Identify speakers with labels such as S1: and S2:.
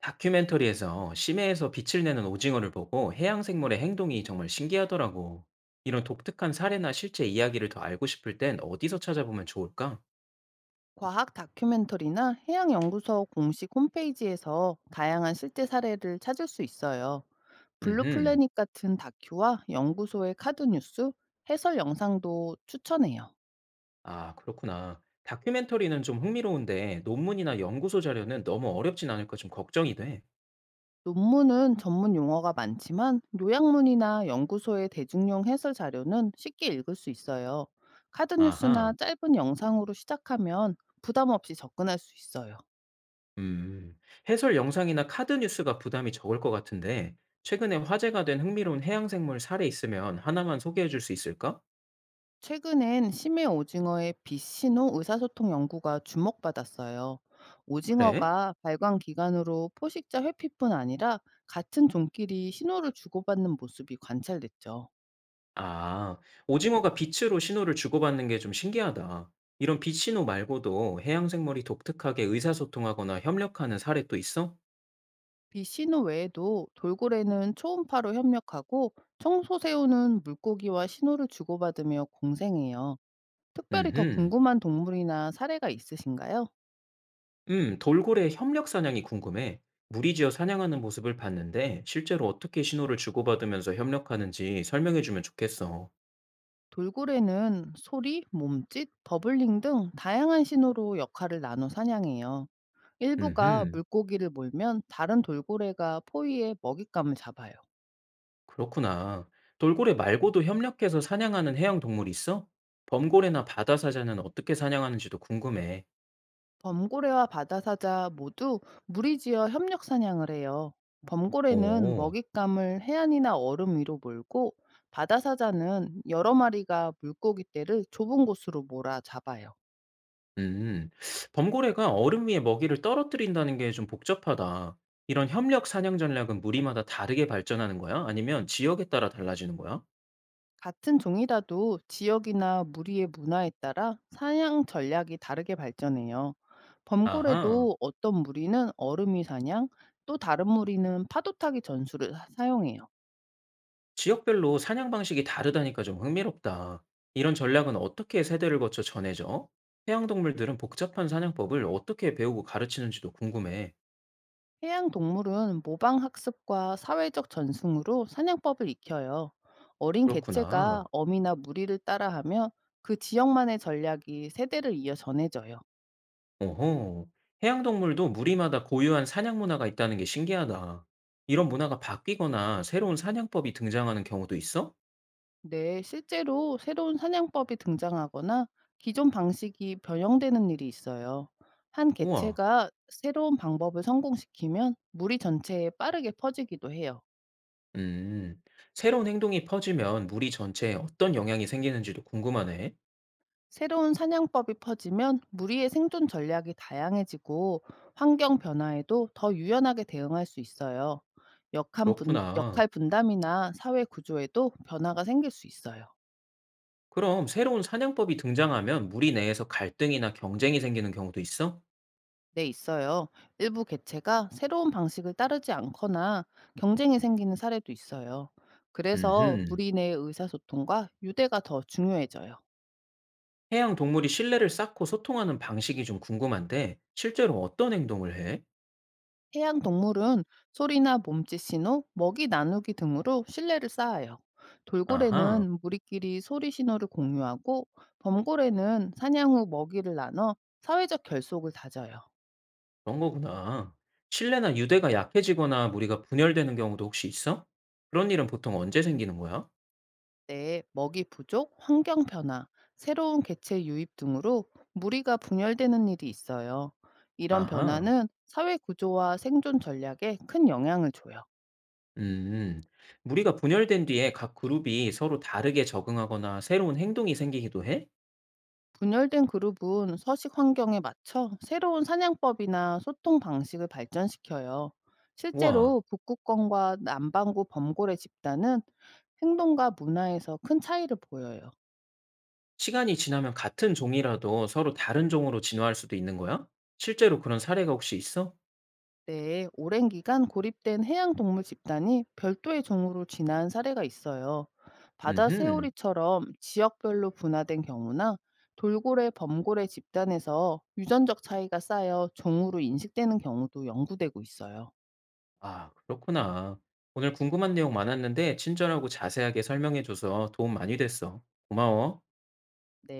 S1: 다큐멘터리에서 심해에서 빛을 내는 오징어를 보고 해양 생물의 행동이 정말 신기하더라고. 이런 독특한 사례나 실제 이야기를 더 알고 싶을 땐 어디서 찾아보면 좋을까?
S2: 과학 다큐멘터리나 해양연구소 공식 홈페이지에서 다양한 실제 사례를 찾을 수 있어요.
S1: 음,
S2: 블루플래닛 같은 다큐와 연구소의 카드뉴스, 해설 영상도 추천해요.
S1: 아, 그렇구나. 다큐멘터리는 좀 흥미로운데 논문이나 연구소 자료는 너무 어렵진 않을까 좀 걱정이 돼.
S2: 논문은 전문 용어가 많지만 요약문이나 연구소의 대중용 해설 자료는 쉽게 읽을 수 있어요.
S1: 아하,
S2: 카드뉴스나 짧은 영상으로 시작하면 부담 없이 접근할 수 있어요.
S1: 음, 해설 영상이나 카드 뉴스가 부담이 적을 것 같은데 최근에 화제가 된 흥미로운 해양 생물 사례 있으면 하나만 소개해 줄 수 있을까?
S2: 최근엔 심해 오징어의 빛신호 의사소통 연구가 주목받았어요.
S1: 그래?
S2: 오징어가 발광 기관으로 포식자 회피뿐 아니라 같은 종끼리 신호를 주고받는 모습이 관찰됐죠.
S1: 아. 오징어가 빛으로 신호를 주고받는 게 좀 신기하다. 이런 빛 신호 말고도 해양 생물이 독특하게 의사소통하거나 협력하는 사례 또 있어?
S2: 빛신호 외에도 돌고래는 초음파로 협력하고 청소새우는 물고기와 신호를 주고받으며 공생해요. 특별히 더
S1: 음흠.
S2: 궁금한 동물이나 사례가 있으신가요?
S1: 돌고래 협력 사냥이 궁금해. 무리지어 사냥하는 모습을 봤는데 실제로 어떻게 신호를 주고받으면서 협력하는지 설명해 주면 좋겠어.
S2: 돌고래는 소리, 몸짓, 버블링 등 다양한 신호로 역할을 나눠 사냥해요. 일부가
S1: 음흠.
S2: 물고기를 몰면 다른 돌고래가 포위에 먹잇감을 잡아요.
S1: 그렇구나. 돌고래 말고도 협력해서 사냥하는 해양 동물 있어? 범고래나 바다사자는 어떻게 사냥하는지도 궁금해.
S2: 범고래와 바다사자 모두 무리지어 협력 사냥을 해요. 범고래는
S1: 오.
S2: 먹잇감을 해안이나 얼음 위로 몰고 바다사자는 여러 마리가 물고기 떼를 좁은 곳으로 몰아 잡아요.
S1: 음, 범고래가 얼음 위에 먹이를 떨어뜨린다는 게 좀 복잡하다. 이런 협력 사냥 전략은 무리마다 다르게 발전하는 거야? 아니면 지역에 따라 달라지는 거야?
S2: 같은 종이라도 지역이나 무리의 문화에 따라 사냥 전략이 다르게 발전해요.
S1: 아하,
S2: 범골에도 어떤 무리는 얼음이 사냥, 또 다른 무리는 파도타기 전술을 사용해요.
S1: 지역별로 사냥 방식이 다르다니까 좀 흥미롭다. 이런 전략은 어떻게 세대를 거쳐 전해져? 해양동물들은 복잡한 사냥법을 어떻게 배우고 가르치는지도 궁금해.
S2: 해양 동물은 모방 학습과 사회적 전승으로 사냥법을 익혀요. 어린 개체가
S1: 그렇구나.
S2: 어미나 무리를 따라하며 그 지역만의 전략이 세대를 이어 전해져요.
S1: 어허. 해양 동물도 무리마다 고유한 사냥 문화가 있다는 게 신기하다. 이런 문화가 바뀌거나 새로운 사냥법이 등장하는 경우도 있어?
S2: 네, 실제로 새로운 사냥법이 등장하거나 기존 방식이 변형되는 일이 있어요. 한
S1: 우와.
S2: 개체가 새로운 방법을 성공시키면 무리 전체에 빠르게 퍼지기도 해요.
S1: 음. 새로운 행동이 퍼지면 무리 전체에 어떤 영향이 생기는지도 궁금하네.
S2: 새로운 사냥법이 퍼지면 무리의 생존 전략이 다양해지고 환경 변화에도 더 유연하게 대응할 수 있어요.
S1: 그렇구나.
S2: 역할 분담이나 사회 구조에도 변화가 생길 수 있어요.
S1: 그럼 새로운 사냥법이 등장하면 무리 내에서 갈등이나 경쟁이 생기는 경우도 있어?
S2: 네, 있어요. 일부 개체가 새로운 방식을 따르지 않거나 경쟁이 생기는 사례도 있어요. 그래서
S1: 음흠.
S2: 무리 내 의사소통과 유대가 더 중요해져요.
S1: 해양 동물이 신뢰를 쌓고 소통하는 방식이 좀 궁금한데, 실제로 어떤 행동을 해?
S2: 해양 동물은 소리나 몸짓 신호, 먹이 나누기 등으로 신뢰를 쌓아요.
S1: 아하.
S2: 돌고래는 무리끼리 소리 신호를 공유하고 범고래는 사냥 후 먹이를 나눠 사회적 결속을 다져요.
S1: 그런 거구나. 신뢰나 유대가 약해지거나 무리가 분열되는 경우도 혹시 있어? 그런 일은 보통 언제 생기는 거야?
S2: 때 먹이 부족, 환경 변화, 새로운 개체 유입 등으로 무리가 분열되는 일이 있어요. 이런
S1: 아하,
S2: 변화는 사회 구조와 생존 전략에 큰 영향을 줘요.
S1: 음. 무리가 분열된 뒤에 각 그룹이 서로 다르게 적응하거나 새로운 행동이 생기기도 해?
S2: 분열된 그룹은 서식 환경에 맞춰 새로운 사냥법이나 소통 방식을 발전시켜요.
S1: 우와,
S2: 실제로 북극권과 남반구 범고래 집단은 행동과 문화에서 큰 차이를 보여요.
S1: 시간이 지나면 같은 종이라도 서로 다른 종으로 진화할 수도 있는 거야? 실제로 그런 사례가 혹시 있어?
S2: 네, 오랜 기간 고립된 해양 동물 집단이 별도의 종으로 진화한 사례가 있어요. 바다
S1: 음흠.
S2: 새오리처럼 지역별로 분화된 경우나 돌고래, 범고래 집단에서 유전적 차이가 쌓여 종으로 인식되는 경우도 연구되고 있어요.
S1: 아, 그렇구나. 오늘 궁금한 내용 많았는데 친절하고 자세하게 설명해줘서 도움 많이 됐어. 고마워.
S2: 네.